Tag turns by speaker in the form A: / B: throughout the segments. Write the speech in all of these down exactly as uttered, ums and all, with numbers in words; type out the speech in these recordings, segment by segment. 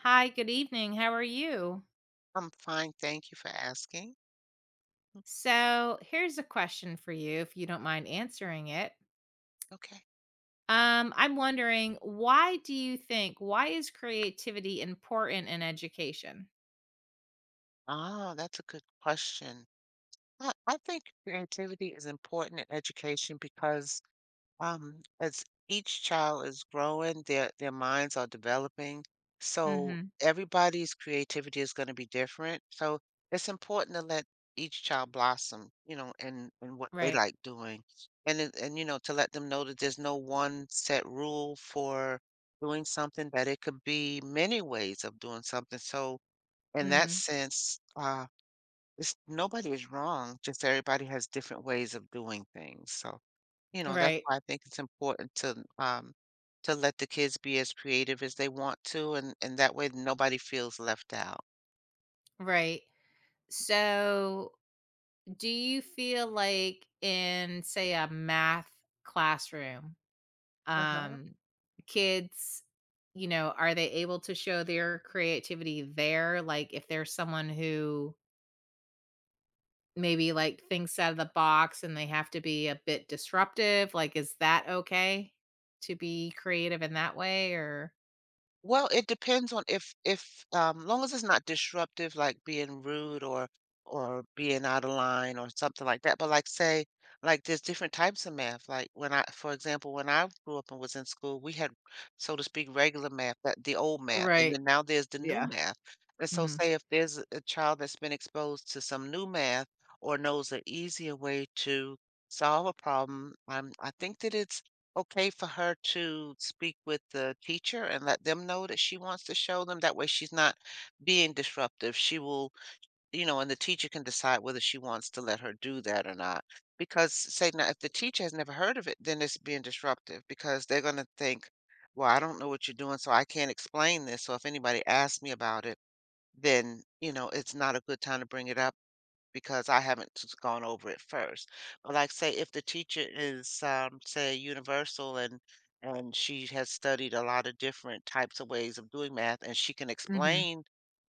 A: Hi, good evening. How are you?
B: I'm fine, thank you for asking. Mm.
A: So, here's a question for you if you don't mind answering it.
B: Okay.
A: Um, I'm wondering why do you think why is creativity important in education?
B: Ah, that's a good question. I, I think creativity is important in education because Um, as each child is growing, their their minds are developing, so
A: Mhm.
B: everybody's creativity is going to be different. So it's important to let each child blossom, you know, and and what they
A: Right.
B: like doing, and it- and you know to let them know that there's no one set rule for doing something. That it could be many ways of doing something. So in that
A: Mhm.
B: sense, uh, it's nobody is wrong. Just everybody has different ways of doing things. So. You know, that's
A: Right.
B: why I think it's important to um to let the kids be as creative as they want to and and that way nobody feels left out.
A: Right. So, do you feel like in say a math classroom, um kids, you know, are they able to show their creativity there like if there's someone who maybe, like, things out of the box and they have to be a bit disruptive, like, is that okay to be creative in that way or...
B: Well, it depends on if if, um long as it's not disruptive, like being rude or or being out of line or something like that. But like say, like there's different types of math. Like when I, for example, when I grew up and was in school, we had, so to speak, regular math, that the old math, and
A: Right,
B: then now there's the new
A: yeah.
B: math. And so
A: Mhm,
B: say if there's a a child that's been exposed to some new math or knows an easier way to solve a problem, um, I think that it's okay for her to speak with the teacher and let them know that she wants to show them. That way, she's not being disruptive. She will, you know, and the teacher can decide whether she wants to let her do that or not. Because, say, now, if the teacher has never heard of it, then it's being disruptive because they're going to think, well, I don't know what you're doing, so I can't explain this. So if anybody asks me about it, then, you know, it's not a good time to bring it up because I haven't s gone over it first. But, like, say if the teacher is, um, say, universal and and she has studied a lot of different types of ways of doing math, and she can
A: mhm,
B: explain,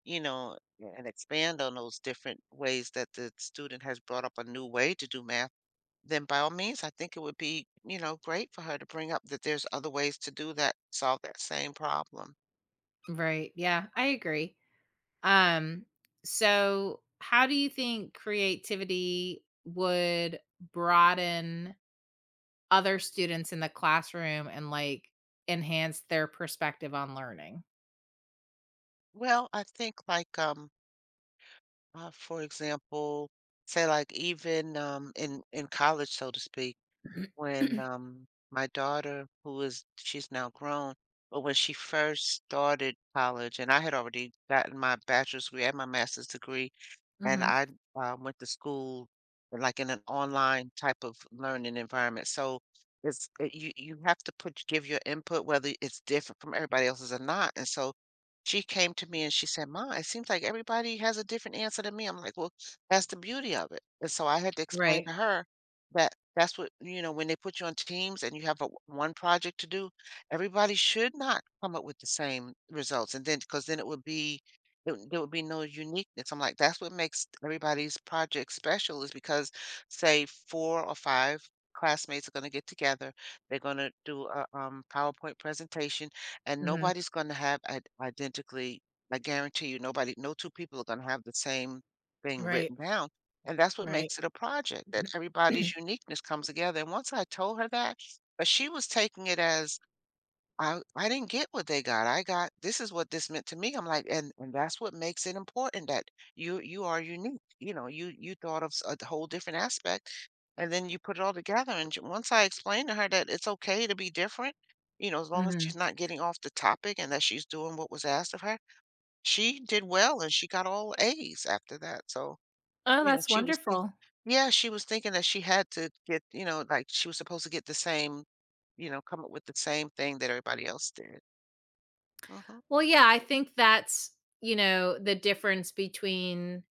B: you know, and expand on those different ways that the student has brought up a new way to do math, then by all means, I think it would be, you know, great for her to bring up that there's other ways to do that, solve that same problem.
A: right, yeah, I agree. Um, so how do you think creativity would broaden other students in the classroom and, like, enhance their perspective on learning?
B: Well, I think, like, um Uh, for example, say like even um, in in college, so to speak, when um, my daughter, who is she's now grown, but when she first started college, and I had already gotten my bachelor's degree and my master's degree, and
A: Mhm.
B: I, uh, went to school, like, in an online type of learning environment, so it's it you you have to put give your input whether it's different from everybody else's or not, and so she came to me and she said, "Ma, it seems like everybody has a different answer than me." I'm like, "Well, that's the beauty of it," and so I had to explain
A: Right,
B: to her that that's what you know, when they put you on teams and you have a one project to do, everybody should not come up with the same results, and then because then it would be it w- there would be no uniqueness. I'm like, that's what makes everybody's project special is because, say, four or five classmates are gonna get together. They're gonna do a, um, PowerPoint presentation, and
A: mhm,
B: nobody's gonna have id identically I guarantee you nobody no two people are gonna have the same thing
A: right,
B: written down, and that's what
A: right.
B: makes it a project, that
A: Mhm.
B: everybody's uniqueness comes together, and once I told her that, but she was taking it as I I didn't get what they got. I got this is what this meant to me. I'm like, and and that's what makes it important that you you are unique. You know, you you thought of s- a whole different aspect, and then you put it all together. And j- once I explained to her that it's okay to be different, you know, as long as
A: Mhm.
B: she's not getting off the topic and that she's doing what was asked of her, she did well and she got all A's after that. So
A: Oh,
B: you know,
A: that's
B: she was thinking,
A: wonderful.
B: yeah, she was thinking that she had to get, you know, like she was supposed to get the same you know, come up with the same thing that everybody else did. Mhm,
A: Well, yeah, I think that's, you know, the difference between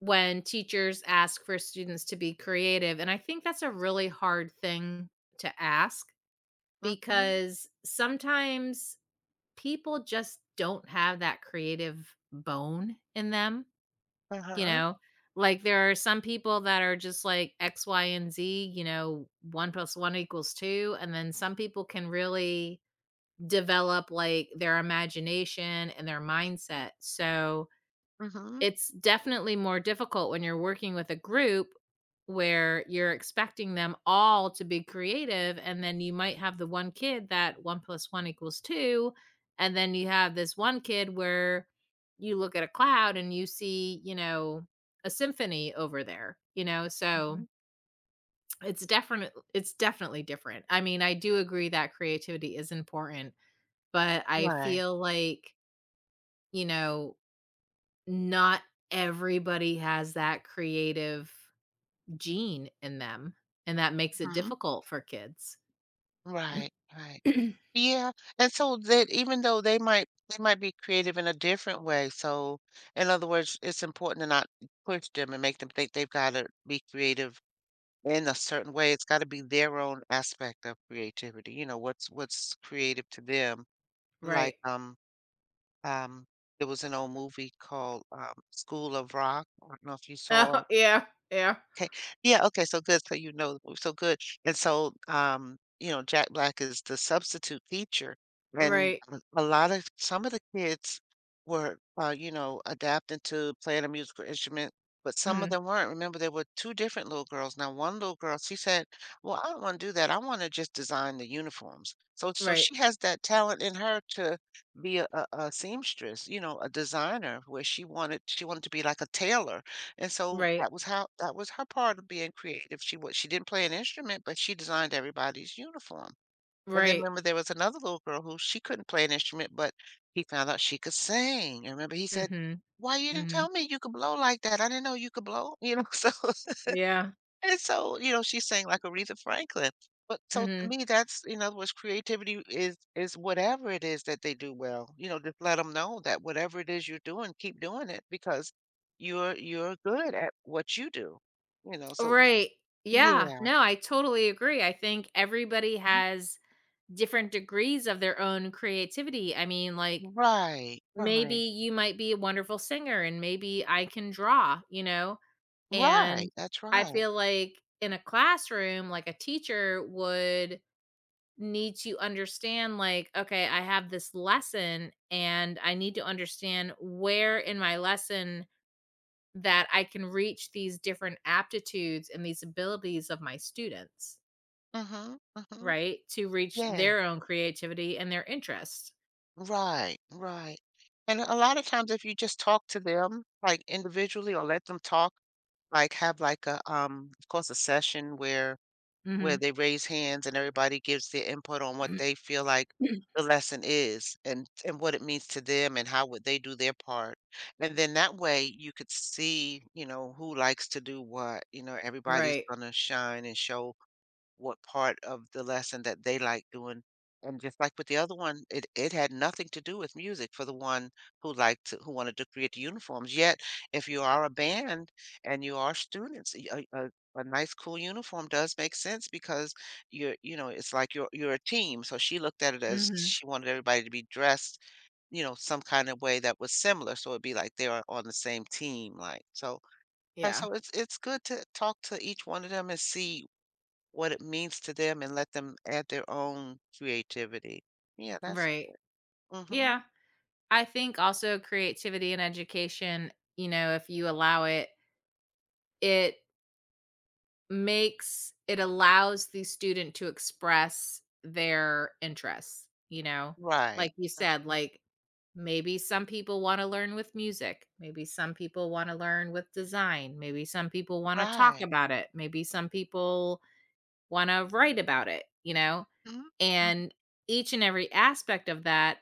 A: when teachers ask for students to be creative, and I think that's a really hard thing to ask
B: mhm,
A: because sometimes people just don't have that creative bone in them, you
B: uh-huh,
A: know? Like there are some people that are just like X, Y, and Z, you know, one plus one equals two. And then some people can really develop like their imagination and their mindset. So
B: mhm.
A: it's definitely more difficult when you're working with a group where you're expecting them all to be creative, and then you might have the one kid that one plus one equals two, and then you have this one kid where you look at a cloud and you see, you know, a symphony over there, you know? So,
B: Mhm,
A: it's definite it's definitely different. I mean, I do agree that creativity is important, but I
B: right.
A: feel like, you know, not everybody has that creative gene in them, and that makes it
B: Mhm,
A: difficult for kids.
B: right, right. Yeah, and so that even though they might they might be creative in a different way, so in other words, it's important to not push them and make them think they've gotta be creative in a certain way, it's gotta be their own aspect of creativity, you know, what's what's creative to them, like,
A: Right.
B: um, um, there was an old movie called, um, School of Rock, I don't know if you saw
A: Oh,
B: it.
A: yeah, yeah,
B: Okay. Yeah, okay, so good, so you know so good, and so, um, you know, Jack Black is the substitute teacher, and
A: right.
B: a a lot of some of the kids were, uh, you know, adapting to playing a musical instrument, but some of
A: Mhm,
B: them weren't. Remember, there were two different little girls. Now, one little girl, she said, "Well, I don't wanna do that, I wanna just design the uniforms." So so
A: right,
B: she has that talent in her to be a a a seamstress, you know, a designer, where she wanted she wanted to be like a tailor. And so
A: right,
B: that was how that was her part of being creative. She was she didn't play an instrument, but she designed everybody's uniform. And then
A: right.
B: remember there was another little girl who she couldn't play an instrument, but he found out she could sing. And remember he said,
A: Mhm,
B: "Why you didn't
A: mhm.
B: tell me you could blow like that? I didn't know you could blow." You know, so
A: Yeah,
B: and so, you know, she's saying like Aretha Franklin. But so to
A: mhm.
B: me, that's in other words, creativity is is whatever it is that they do well. You know, just let them know that whatever it is you're doing, keep doing it because you're you're good at what you do. You know, so
A: Right. Yeah,
B: yeah,
A: no, I totally agree. I think everybody
B: mhm.
A: has different degrees of their own creativity. I mean, like,
B: Right,
A: maybe
B: right,
A: you might be a wonderful singer and maybe I can draw, you know?
B: right.
A: And
B: That's
A: I
B: right.
A: feel like in a classroom, like a teacher would need to understand, like, okay, I have this lesson and I need to understand where in my lesson that I can reach these different aptitudes and these abilities of my students,
B: Mm-hmm, mm-hmm.
A: right? To reach
B: Yeah,
A: their own creativity and their interests.
B: right, right. And a lot of times, if you just talk to them like individually or let them talk like, have like a, um, of course, a session where where
A: Hmm.
B: they raise hands and everybody gives their input on what they feel like the lesson is and and what it means to them and how would they do their part. And then that way you could see, you know, who likes to do what. You know, everybody's
A: Right.
B: gonna shine and show what part of the lesson that they like doing. And just like with the other one, it, it had nothing to do with music for the one who liked to, who wanted to create the uniforms. Yet, if you are a band and you are students, y- a, a, a nice cool uniform does make sense because you're, you know, it's like you're you're a team. So she looked at it as
A: Hmm.
B: she wanted everybody to be dressed, you know, some kind of way that was similar. So it'd be like they are on the same team, like so. Uh,
A: Yeah.
B: So it's it's good to talk to each one of them and see what it means to them and let them add their own creativity. Yeah, that's
A: Right.
B: good. Mhm.
A: Yeah. I think also creativity and education, you know, if you allow it, it makes it allows the student to express their interests, you know?
B: Right.
A: Like you
B: That's
A: said,
B: right.
A: like maybe some people want to learn with music, maybe some people want to learn with design, maybe some people want to talk
B: Right.
A: about it, maybe some people want to write about it, you know?
B: Mhm. Mhm.
A: And each and every aspect of that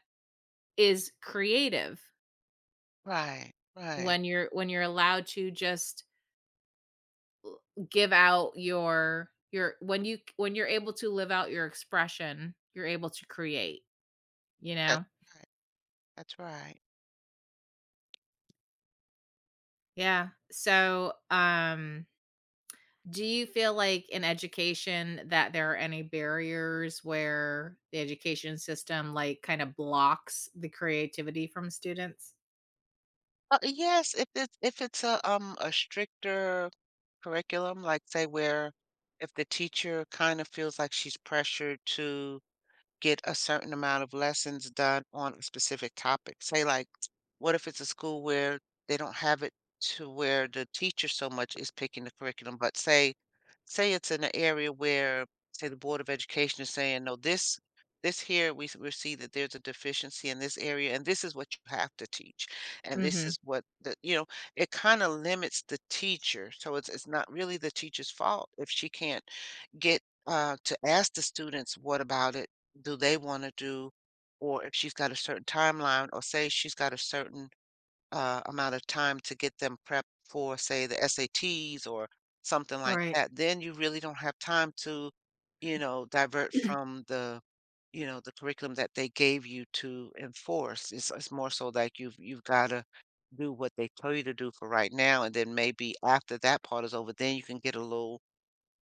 A: is creative.
B: Right, right.
A: When you're when you're allowed to just give out your your when you when you're able to live out your expression, you're able to create, you know?
B: That's right. That's right.
A: Yeah. So, um, do you feel like in education that there are any barriers where the education system, like, kinda blocks the creativity from students?
B: Uh, yes, if it's if it's a, um, a stricter curriculum, like, say, where if the teacher kinda feels like she's pressured to get a certain amount of lessons done on a specific topic. Say, like, what if it's a school where they don't have it to where the teacher so much is picking the curriculum, but say say it's in an area where, say, the Board of Education is saying, "No, this this here we s- we see that there's a deficiency in this area, and this is what you have to teach, and this
A: Mhm.
B: is what the you know." It kind of limits the teacher, so it's it's not really the teacher's fault if she can't get uh, to ask the students what about it do they wanna do, or if she's got a certain timeline, or say she's got a certain uh, amount of time to get them prepped for, say, the S A Ts or something like
A: Right.
B: that, then you really don't have time to, you know, divert from the, you know, the curriculum that they gave you to enforce. It's, it's more so like you've you've gotta do what they tell you to do for right now, and then maybe after that part is over, then you can get a little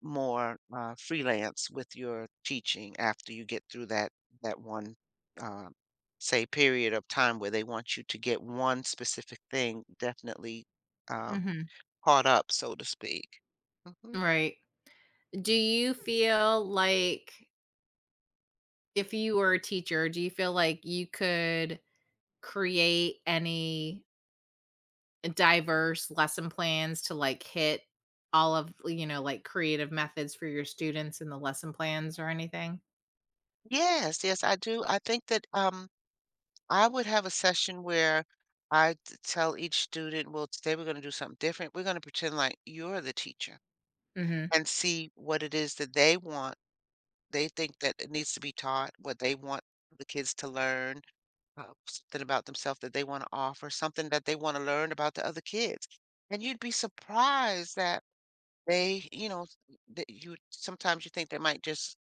B: more, uh, freelance with your teaching after you get through that that one, um, say, period of time where they want you to get one specific thing definitely, um,
A: Mhm.
B: caught up, so to speak. Mhm.
A: Right. Do you feel like if you were a teacher, do you feel like you could create any diverse lesson plans to, like, hit all of, you know, like, creative methods for your students in the lesson plans or anything?
B: Yes, yes, I do. I think that, um, I would have a session where I t tell each student, "Well, today we're gonna do something different. We're gonna pretend like you're the teacher
A: Mhm.
B: and see what it is that they want, they think that it needs to be taught, what they want the kids to learn, uh, something about themselves that they want to offer, something that they want to learn about the other kids. And you'd be surprised that they, you know, s- that you sometimes you think they might just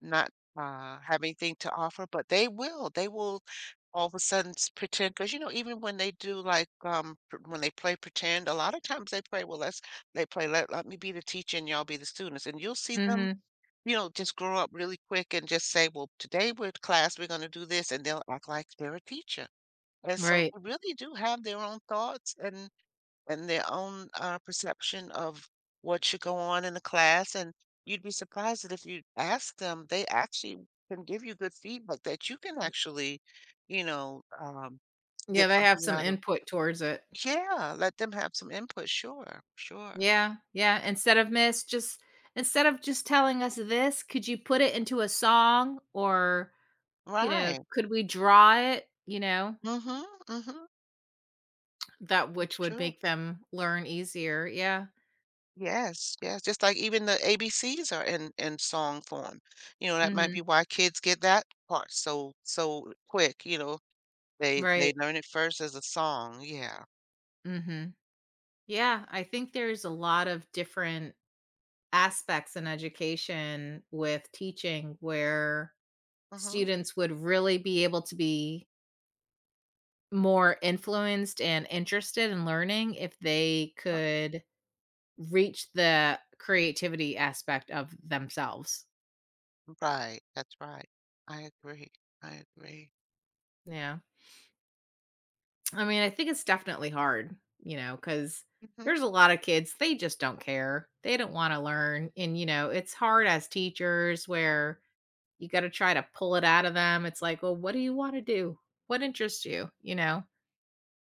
B: not uh, have anything to offer, but they will. They will all of a sudden s- pretend because you know even when they do like um pr- when they play pretend a lot of times they play well let's they play let, let me be the teacher and y'all be the students, and you'll see them,
A: Mhm.
B: you know, just grow up really quick and just say, well, today with class we're going to do this, and they'll act like they're a teacher. And so
A: Right.
B: they really do have their own thoughts and and their own uh, perception of what should go on in the class. And you'd be surprised that if you ask them, they actually can give you good feedback that you can actually, you know, um,
A: Yeah,
B: get
A: they have
B: something
A: some
B: out of.
A: input towards it.
B: Yeah, let them have some input. Sure, sure.
A: Yeah, yeah, instead of "Miss, just" instead of just telling us this, could you put it into a song or, you know,
B: Right.
A: could we draw it, you know?
B: Mm-hmm. Mm-hmm.
A: That which
B: That's
A: would
B: true.
A: make them learn easier, yeah.
B: Yes, yes, just like even the A B Cs are in in song form. You know, that might be
A: Mhm.
B: why kids get that part so so quick, you know. They they
A: Right.
B: learn it first as a song. Yeah.
A: Mhm. Yeah, I think there's a lot of different aspects in education with teaching where
B: Mhm.
A: students would really be able to be more influenced and interested in learning if they
B: Uh,
A: could reach the creativity aspect of themselves.
B: Right. That's right. I agree. I agree.
A: Yeah. I mean, I think it's definitely hard, you know, because there's
B: Mhm.
A: a lot of kids, they just don't care. They don't want to learn. And, you know, it's hard as teachers where you got to try to pull it out of them. It's like, well, what do you want to do? What interests you? You know?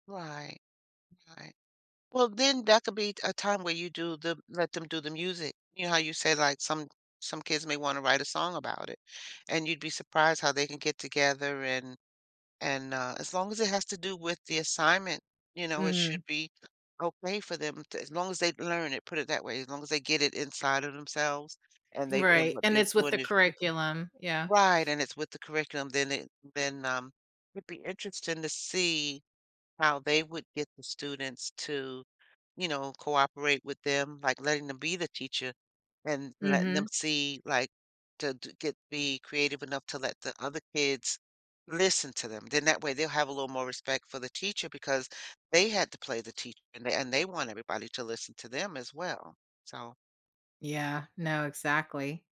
B: Right. Right. Well, then that could be a time where you do the let them do the music. You know how you say, like, some some kids may want to write a song about it, and you'd be surprised how they can get together. and And, uh, as long as it has to do with the assignment, you know, it
A: Mhm.
B: should be okay for them to, as long as they learn it, put it that way, as long as they get it inside of themselves, and they and
A: Right.
B: what
A: And
B: they're
A: it's with
B: doing
A: the
B: is
A: curriculum. Yeah.
B: right, and it's with the curriculum, then it then, um, it'd be interesting to see how they would get the students to, you know, cooperate with them, like letting them be the teacher and letting them
A: Mhm.
B: see, like, to d- get be creative enough to let the other kids listen to them. Then that way they'll have a little more respect for the teacher because they had to play the teacher, and they, and they want everybody to listen to them as well. So,
A: Yeah. No, exactly.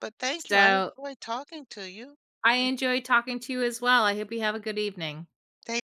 B: but thank you. I
A: So
B: enjoyed talking to you.
A: I enjoy talking to you as well. I hope you have a good evening.
B: Thank